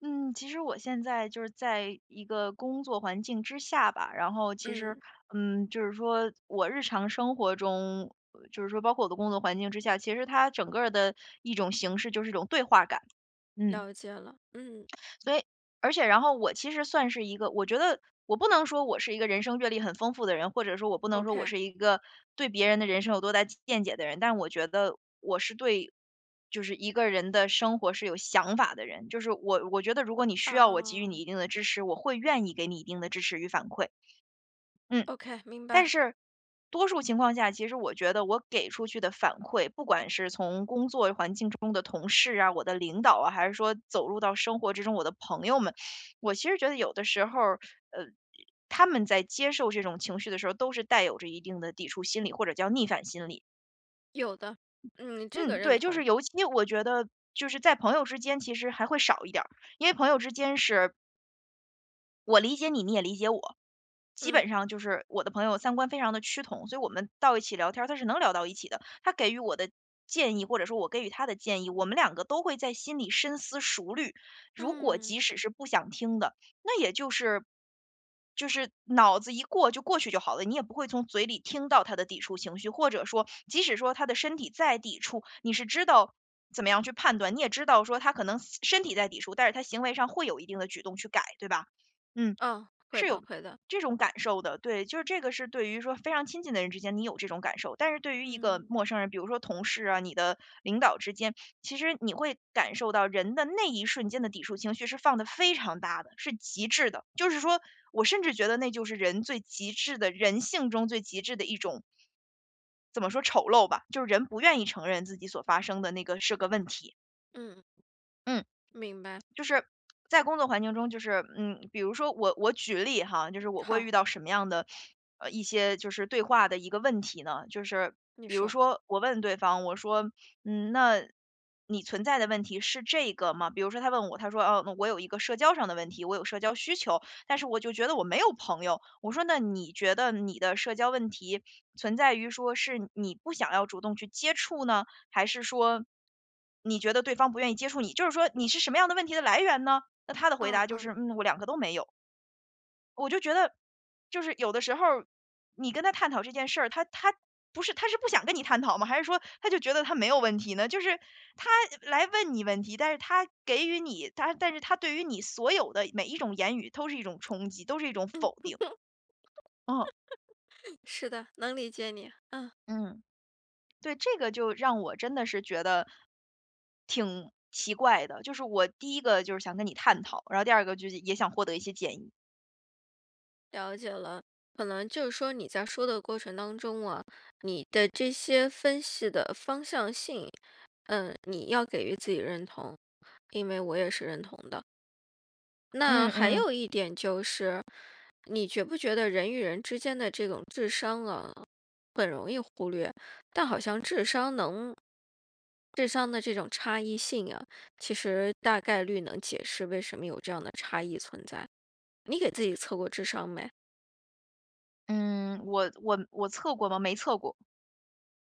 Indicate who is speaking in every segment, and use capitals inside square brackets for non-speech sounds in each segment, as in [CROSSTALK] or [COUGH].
Speaker 1: 嗯，其实我现在就是在一个工作环境之下吧，然后其实，
Speaker 2: 嗯，
Speaker 1: 嗯，就是说我日常生活中，就是说包括我的工作环境之下，其实它整个儿的一种形式就是一种对话感，嗯。
Speaker 2: 了解了。嗯
Speaker 1: 所以而且然后我其实算是一个，我觉得我不能说我是一个人生阅历很丰富的人，或者说我不能说我
Speaker 2: ，OK。
Speaker 1: 是一个对别人的人生有多大见解的人，但我觉得我是对就是一个人的生活是有想法的人，就是我觉得如果你需要我给予你
Speaker 2: 啊
Speaker 1: 一定的支持，我会愿意给你一定的支持与反馈，嗯。
Speaker 2: ，OK，明白。
Speaker 1: 但是多数情况下，其实我觉得我给出去的反馈，不管是从工作环境中的同事啊、我的领导啊，还是说走入到生活之中我的朋友们，我其实觉得有的时候呃，他们在接受这种情绪的时候，都是带有着一定的抵触心理，或者叫逆反心理。
Speaker 2: 有的。嗯，这
Speaker 1: 嗯，
Speaker 2: 个认
Speaker 1: 对，就
Speaker 2: 同。
Speaker 1: 是尤其我觉得就是在朋友之间，其实还会少一点儿，因为朋友之间是我理解你，你也理解我，基
Speaker 2: 嗯
Speaker 1: 本上就是我的朋友三观非常的趋同，所以我们到一起聊天儿，他是能聊到一起的。他给予我的建议，或者说我给予他的建议，我们两个都会在心里深思熟虑。如果即
Speaker 2: 嗯
Speaker 1: 使是不想听的，那也就是就是脑子一过就过去就好了，你也不会从嘴里听到他的抵触情绪，或者说即使说他的身体再抵触，你是知道怎么样去判断，你也知道说他可能身体在抵触，但是他行为上会有一定的举动去改，对吧？嗯，
Speaker 2: 嗯，会
Speaker 1: 是
Speaker 2: 的
Speaker 1: 有
Speaker 2: 会的。
Speaker 1: 这种感受的，对，就是这个是对于说非常亲近的人之间，你有这种感受，但是对于一个
Speaker 2: 嗯
Speaker 1: 陌生人，比如说同事啊、你的领导之间，其实你会感受到人的那一瞬间的抵触情绪是放的非常大的，是极致的。就是说我甚至觉得那就是人最极致的人性中最极致的一种怎么说丑陋吧，就是人不愿意承认自己所发生的那个是个问题。
Speaker 2: 嗯，
Speaker 1: 嗯。
Speaker 2: 明白。
Speaker 1: 就是在工作环境中，就是嗯，比如说我举例哈，就是我会遇
Speaker 2: 好，
Speaker 1: 到什么样的一些就是对话的一个问题呢？就是
Speaker 2: 你
Speaker 1: 比如
Speaker 2: 说。
Speaker 1: 说我问对方，我说嗯，那你存在的问题是这个吗？比如说他问我，他说哦，那我有一个社交上的问题，我有社交需求，但是我就觉得我没有朋友。我说那你觉得你的社交问题存在于说是你不想要主动去接触呢？还是说你觉得对方不愿意接触你？就是说你是什么样的问题的来源呢？那他的回
Speaker 2: 嗯
Speaker 1: 答就
Speaker 2: 嗯，
Speaker 1: 是：“嗯，我两个都没有。”我就觉得，就是有的时候儿你跟他探讨这件事儿，他不是他是不想跟你探讨吗？还是说他就觉得他没有问题呢？就是他来问你问题，但是他给予你他，但是他对于你所有的每一种言语都是一种冲击，都是一种否定。嗯。
Speaker 2: [CLEARS THROAT] 是的，能理解你。嗯，
Speaker 1: 嗯。对，这个就让我真的是觉得挺奇怪的，就是我第一个就是想跟你探讨，然后第二个就是也想获得一些建议。
Speaker 2: 了解了。可能就是说你在说的过程当中啊，你的这些分析的方向性，嗯，你要给予自己认同，因为我也是认同的。那
Speaker 1: 嗯
Speaker 2: 还
Speaker 1: 嗯。
Speaker 2: 有一点就是，你觉不觉得人与人之间的这种智商啊，很容易忽略，但好像智商的这种差异性啊，其实大概率能解释为什么有这样的差异存在。你给自己测过智商没？
Speaker 1: 嗯，我测过吗？没测过，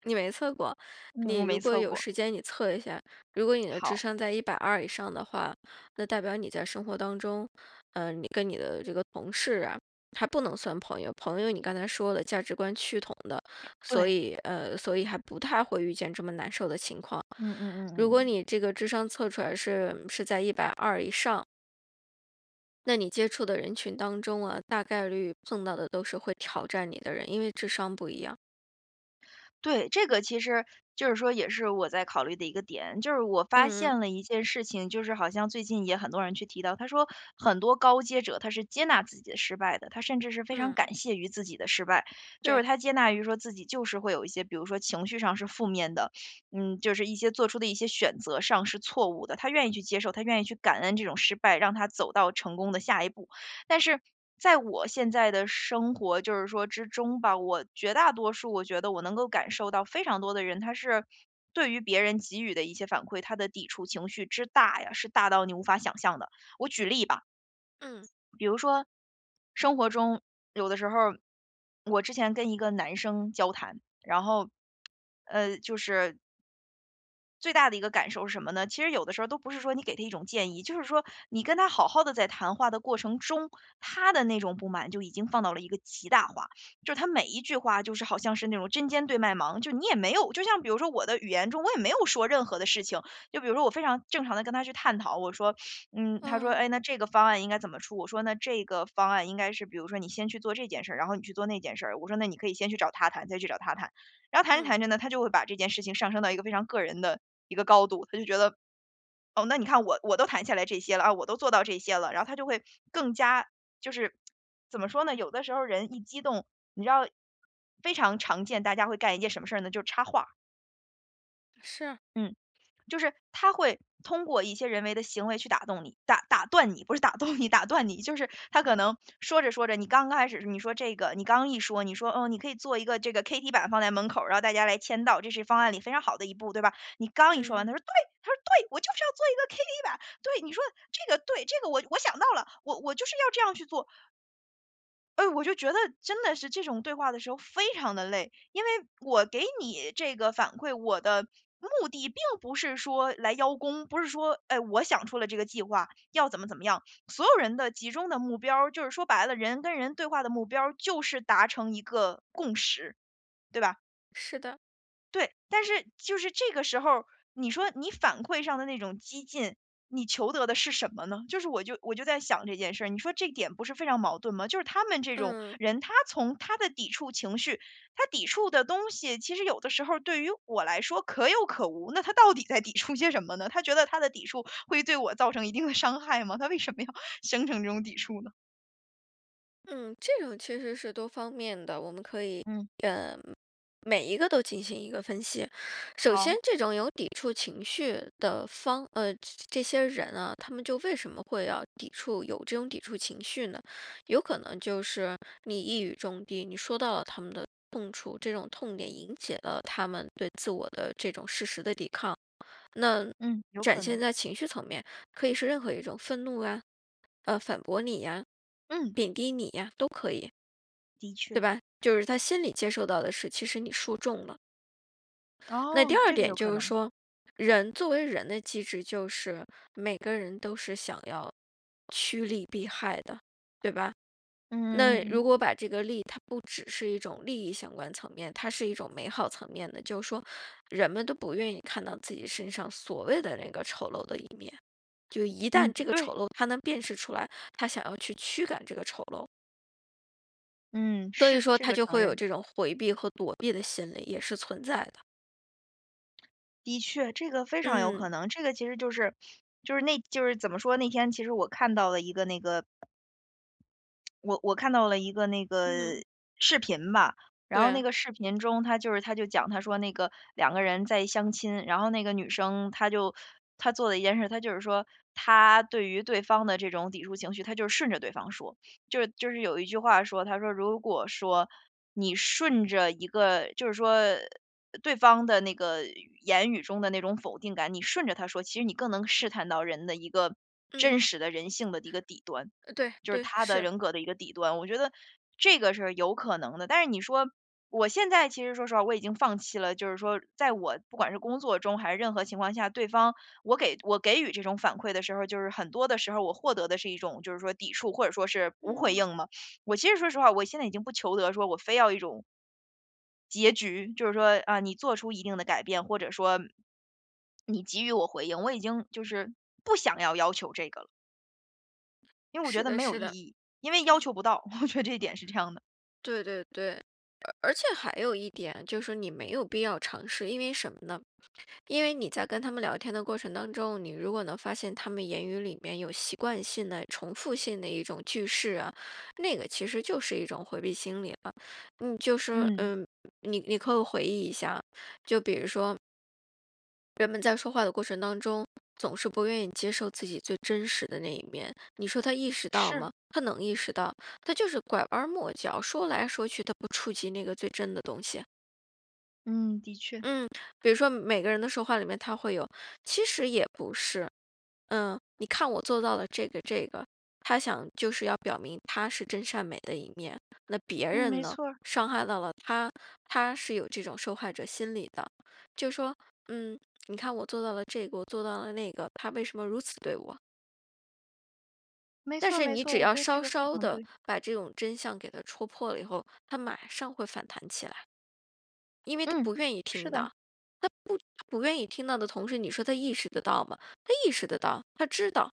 Speaker 2: 你没测过，
Speaker 1: 嗯，我
Speaker 2: 你如
Speaker 1: 没
Speaker 2: 果
Speaker 1: 测
Speaker 2: 有
Speaker 1: 过。
Speaker 2: 时间，你测一下。如果你的智
Speaker 1: 好，
Speaker 2: 商在一百二以上的话，那代表你在生活当中，嗯，你跟你的这个同事啊，还不能算朋友。朋友你刚才说的，价值观趋同的，所
Speaker 1: 对。
Speaker 2: 以所以还不太会遇见这么难受的情况。
Speaker 1: 嗯嗯嗯嗯
Speaker 2: 如果
Speaker 1: 嗯
Speaker 2: 你这个智商测出来是在一百二以上，那你接触的人群当中啊，大概率碰到的都是会挑战你的人，因为智商不一样。
Speaker 1: 对，这个其实就是说也是我在考虑的一个点，就是我发
Speaker 2: 嗯嗯
Speaker 1: 现了一件事情，就是好像最近也很多人去提到，他说很多高阶者他是接纳自己的失败的，他甚至是非常
Speaker 2: 嗯，
Speaker 1: 感谢于自己的失败，就是
Speaker 2: 对，
Speaker 1: 他接纳于说自己就是会有一些，比如说情绪上是负面的，嗯，就是一些做出的一些选择上是错误的，他愿意去接受，他愿意去感恩这种失败，让他走到成功的下一步。但是在我现在的生活就是说之中吧，我绝大多数我觉得我能够感受到非常多的人，他是对于别人给予的一些反馈，他的抵触情绪之大呀，是大到你无法想象的。我举例吧，
Speaker 2: 嗯。
Speaker 1: 比如说生活中有的时候，我之前跟一个男生交谈，然后就是最大的一个感受是什么呢？其实有的时候都不是说你给他一种建议，就是说你跟他好好的在谈话的过程中，他的那种不满就已经放到了一个极大化。就是他每一句话就是好像是那种针尖对麦芒，就你也没有就像比如说我的语言中，我也没有说任何的事情，就比如说我非常正常的跟他去探讨，我说，嗯，他说：
Speaker 2: 哦，
Speaker 1: “哎，那这个方案应该怎么出？”我说：“那这个方案应该是比如说你先去做这件事儿，然后你去做那件事儿。”我说：“那你可以先去找他谈，再去找他谈。”然后谈着
Speaker 2: 嗯，
Speaker 1: 谈着呢，他就会把这件事情上升到一个非常个人的一个高度，他就觉得，哦，那你看我都谈下来这些了啊，我都做到这些了，然后他就会更加就是怎么说呢？有的时候人一激动，你知道非常常见，大家会干一件什么事儿呢？就是插话，
Speaker 2: 是，
Speaker 1: 嗯。就是他会通过一些人为的行为去打动你，打断你，不是打动你，打断你，就是他可能说着说着，你刚刚开始你说这个，你刚一说，你说嗯，你可以做一个这个 KT 板放在门口儿然后大家来签到，这是方案里非常好的一步，对吧？你刚一说完，
Speaker 2: 嗯，
Speaker 1: 他说对，他说对，我就是要做一个 KT 板，对，你说这个对，这个我想到了，我就是要这样去做，哎，我就觉得真的是这种对话的时候非常的累，因为我给你这个反馈，我的目的并不是说来邀功，不是说，哎，我想出了这个计划，要怎么怎么样。所有人的集中的目标儿就是说白了，人跟人对话的目标儿就是达成一个共识，对吧？
Speaker 2: 是的，
Speaker 1: 对，但是就是这个时候你说你反馈上的那种激进，你求得的是什么呢？就是我就在想这件事儿，你说这点不是非常矛盾吗？就是他们这种
Speaker 2: 嗯
Speaker 1: 人，他从他的抵触情绪，他抵触的东西，其实有的时候对于我来说可有可无。那他到底在抵触些什么呢？他觉得他的抵触会对我造成一定的伤害吗？他为什么要 [LAUGHS] 形成这种抵触呢？
Speaker 2: 嗯，这种其实是多方面的，我们可以
Speaker 1: 嗯，
Speaker 2: 每一个都进行一个分析。首
Speaker 1: 好，
Speaker 2: 先，这种有抵触情绪的方，这些人啊，他们就为什么会要抵触，有这种抵触情绪呢？有可能就是你一语中的，你说到了他们的痛处，这种痛点引起了他们对自我的这种事实的抵抗。那
Speaker 1: 嗯，有
Speaker 2: 展
Speaker 1: 可
Speaker 2: 现
Speaker 1: 能，
Speaker 2: 在情绪层面，可以是任何一种愤怒啊，反驳你呀、
Speaker 1: 嗯，
Speaker 2: 贬低你呀、都可以，
Speaker 1: 的
Speaker 2: 对
Speaker 1: 确，
Speaker 2: 吧？就是他心里接受到的是，其实你说中了。那第
Speaker 1: 哦，
Speaker 2: 二
Speaker 1: 这个
Speaker 2: 点
Speaker 1: 有可
Speaker 2: 就是
Speaker 1: 能，
Speaker 2: 说，人作为人的机制，就是每个人都是想要趋利避害的，对吧？
Speaker 1: 嗯嗯
Speaker 2: 那
Speaker 1: 嗯
Speaker 2: 如果把这个利，它不只是一种利益相关层面，它是一种美好层面的，就是说，人们都不愿意看到自己身上所谓的那个丑陋的一面。就一旦
Speaker 1: 嗯，
Speaker 2: 这个
Speaker 1: 对。
Speaker 2: 丑陋他能辨识出来，他想要去驱赶这个丑陋，
Speaker 1: 嗯，
Speaker 2: 所以
Speaker 1: 是，
Speaker 2: 说
Speaker 1: 这
Speaker 2: 他
Speaker 1: 个
Speaker 2: 就
Speaker 1: 承
Speaker 2: 会有
Speaker 1: 认，
Speaker 2: 这种回避和躲避的心理，也是存在的。
Speaker 1: 的确，这个非常有
Speaker 2: 嗯
Speaker 1: 可能。这个其实那怎么说，那天其实我看到了一个那个
Speaker 2: 嗯，
Speaker 1: 视频吧。然
Speaker 2: 对
Speaker 1: 后那
Speaker 2: 啊，
Speaker 1: 个视频中，他就讲，他说那个两个人在相亲，然后那个女生她做的一件事，她就是说她对于对方的这种抵触情绪，她就是顺着对方说，就是有一句话说，她说如果说你顺着一个，就是说。对方的那个言语中的那种否定感，你顺着他说，其实你更能试探到人的一个
Speaker 2: 嗯，
Speaker 1: 真实的人性的一个底端。
Speaker 2: 对
Speaker 1: 就是
Speaker 2: 对
Speaker 1: 他的
Speaker 2: 是，
Speaker 1: 人格的一个底端，我觉得这个是有可能的。但是你说我现在其实说实话，我已经放弃了，就是说在我不管是工作中还是任何情况下，对方我给予这种反馈的时候，就是很多的时候我获得的是一种就是说抵触或者说是无回
Speaker 2: 嗯，
Speaker 1: 应嘛。我其实说实话，我现在已经不求得说我非要一种结局，就是说啊，你做出一定的改变，或者说你给予我回应，我已经就是不想要要求这个了。因为我觉
Speaker 2: 是
Speaker 1: 得
Speaker 2: 的，
Speaker 1: 没有
Speaker 2: 是
Speaker 1: 意
Speaker 2: 的，
Speaker 1: 义，因为要求不到，[LAUGHS] 我觉得这一点是这样的。
Speaker 2: 对对对。而且还有一点就是说你没有必要尝试，因为什么呢？因为你在跟他们聊天的过程当中，你如果能发现他们言语里面有习惯性的、重复性的一种句式啊，那个其实就是一种回避心理了。你就是
Speaker 1: 嗯，
Speaker 2: 嗯，你可以回忆一下，就比如说人们在说话的过程当中，总是不愿意接受自己最真实的那一面。你说他意识到
Speaker 1: 是，
Speaker 2: 吗？他能意识到，他就是拐弯抹角，说来说去，他不触及那个最真的东西。
Speaker 1: 嗯，的确，
Speaker 2: 嗯，比如说每个人的说话里面，他会有，其实也不是，嗯，你看我做到了这个，他想就是要表明他是真善美的一面，那别
Speaker 1: 嗯，
Speaker 2: 人
Speaker 1: 没
Speaker 2: 呢
Speaker 1: 错儿
Speaker 2: 伤害到了他，他是有这种受害者心理的，就说，嗯，你看我做到了这个，我做到了那个，他为什么如此对我？
Speaker 1: 没
Speaker 2: 但
Speaker 1: 错儿
Speaker 2: 是
Speaker 1: 没
Speaker 2: 你
Speaker 1: 错儿，
Speaker 2: 只
Speaker 1: 我
Speaker 2: 要
Speaker 1: 觉得这
Speaker 2: 稍
Speaker 1: 个非
Speaker 2: 稍
Speaker 1: 常
Speaker 2: 的
Speaker 1: 对。
Speaker 2: 把这种真相给他戳破了以后，他马上会反弹起来。因为他
Speaker 1: 嗯，
Speaker 2: 不愿意
Speaker 1: 是
Speaker 2: 听
Speaker 1: 的，
Speaker 2: 到，他不愿意听到的同时，你说他意识得到吗？他意识得到，他知道，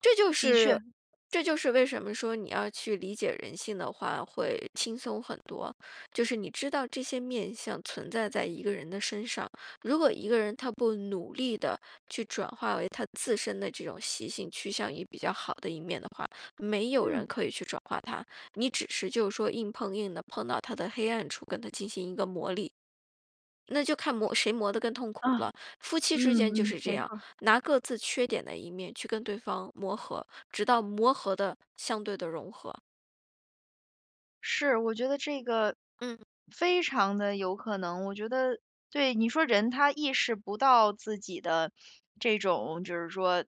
Speaker 2: 这就
Speaker 1: 的
Speaker 2: 是
Speaker 1: 确，
Speaker 2: 这就是为什么说你要去理解人性的话会轻松很多，就是你知道这些面相存在在一个人的身上，如果一个人他不努力的去转化为他自身的这种习性趋向于比较好的一面的话，没有人
Speaker 1: 嗯，
Speaker 2: 可以去转化他，你只是就是说硬碰硬的碰到他的黑暗处，跟他进行一个磨砺。那就看磨谁磨得更痛苦
Speaker 1: 啊，
Speaker 2: 了。夫妻
Speaker 1: 嗯
Speaker 2: 之间就
Speaker 1: 嗯，
Speaker 2: 是这
Speaker 1: 没
Speaker 2: 样，
Speaker 1: 错。
Speaker 2: 拿各自缺点的一面去跟对方磨合，直到磨合的相对的融合。
Speaker 1: 是，我觉得这个
Speaker 2: 嗯，
Speaker 1: 非常的有可能。我觉得对，你说人他意识不到自己的这种就是说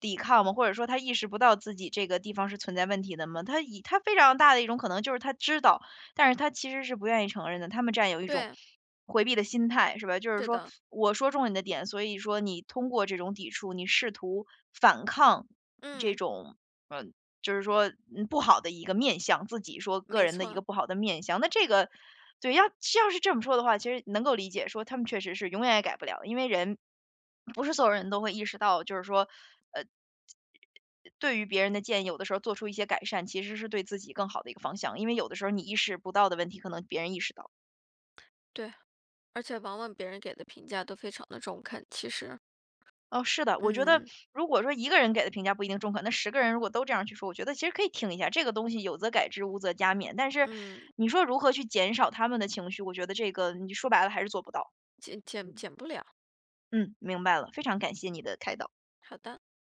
Speaker 1: 抵抗嘛，或者说他意识不到自己这个地方是存在问题的嘛，他非常大的一种可能就是他知道，但是他其实是不愿意承认的。他们占有一种
Speaker 2: 对，
Speaker 1: 回避的心态，是吧？就是
Speaker 2: 是
Speaker 1: 说
Speaker 2: 的，
Speaker 1: 我说中了你的点，所以说你通过这种抵触，你试图反抗这
Speaker 2: 嗯，
Speaker 1: 种。嗯。就是说，不好的一个面相，自己说个
Speaker 2: 没
Speaker 1: 人的一个
Speaker 2: 错，
Speaker 1: 不好的面相。那这个对，要是这么说的话，其实能够理解，说他们确实是永远也改不了，因为不是所有人都会意识到，就是说，呃，对于别人的建议，有的时候做出一些改善，其实是对自己更好的一个方向，因为有的时候你意识不到的问题，可能别人意识到了。
Speaker 2: 对。而且往往别人给的评价都非常的中肯，其实，
Speaker 1: 哦，是的，我觉得
Speaker 2: 嗯
Speaker 1: 如果说一个人给的评价不一定中肯，那10个人如果都这样去说，我觉得其实可以听一下这个东西，有则改之，无则加勉。但是
Speaker 2: 嗯，
Speaker 1: 你说如何去减少他们的情绪，我觉得这个你说白了还是做不到。
Speaker 2: 减
Speaker 1: 嗯
Speaker 2: 减不了。
Speaker 1: 嗯，明白了，非常感谢你的开导。
Speaker 2: 好的。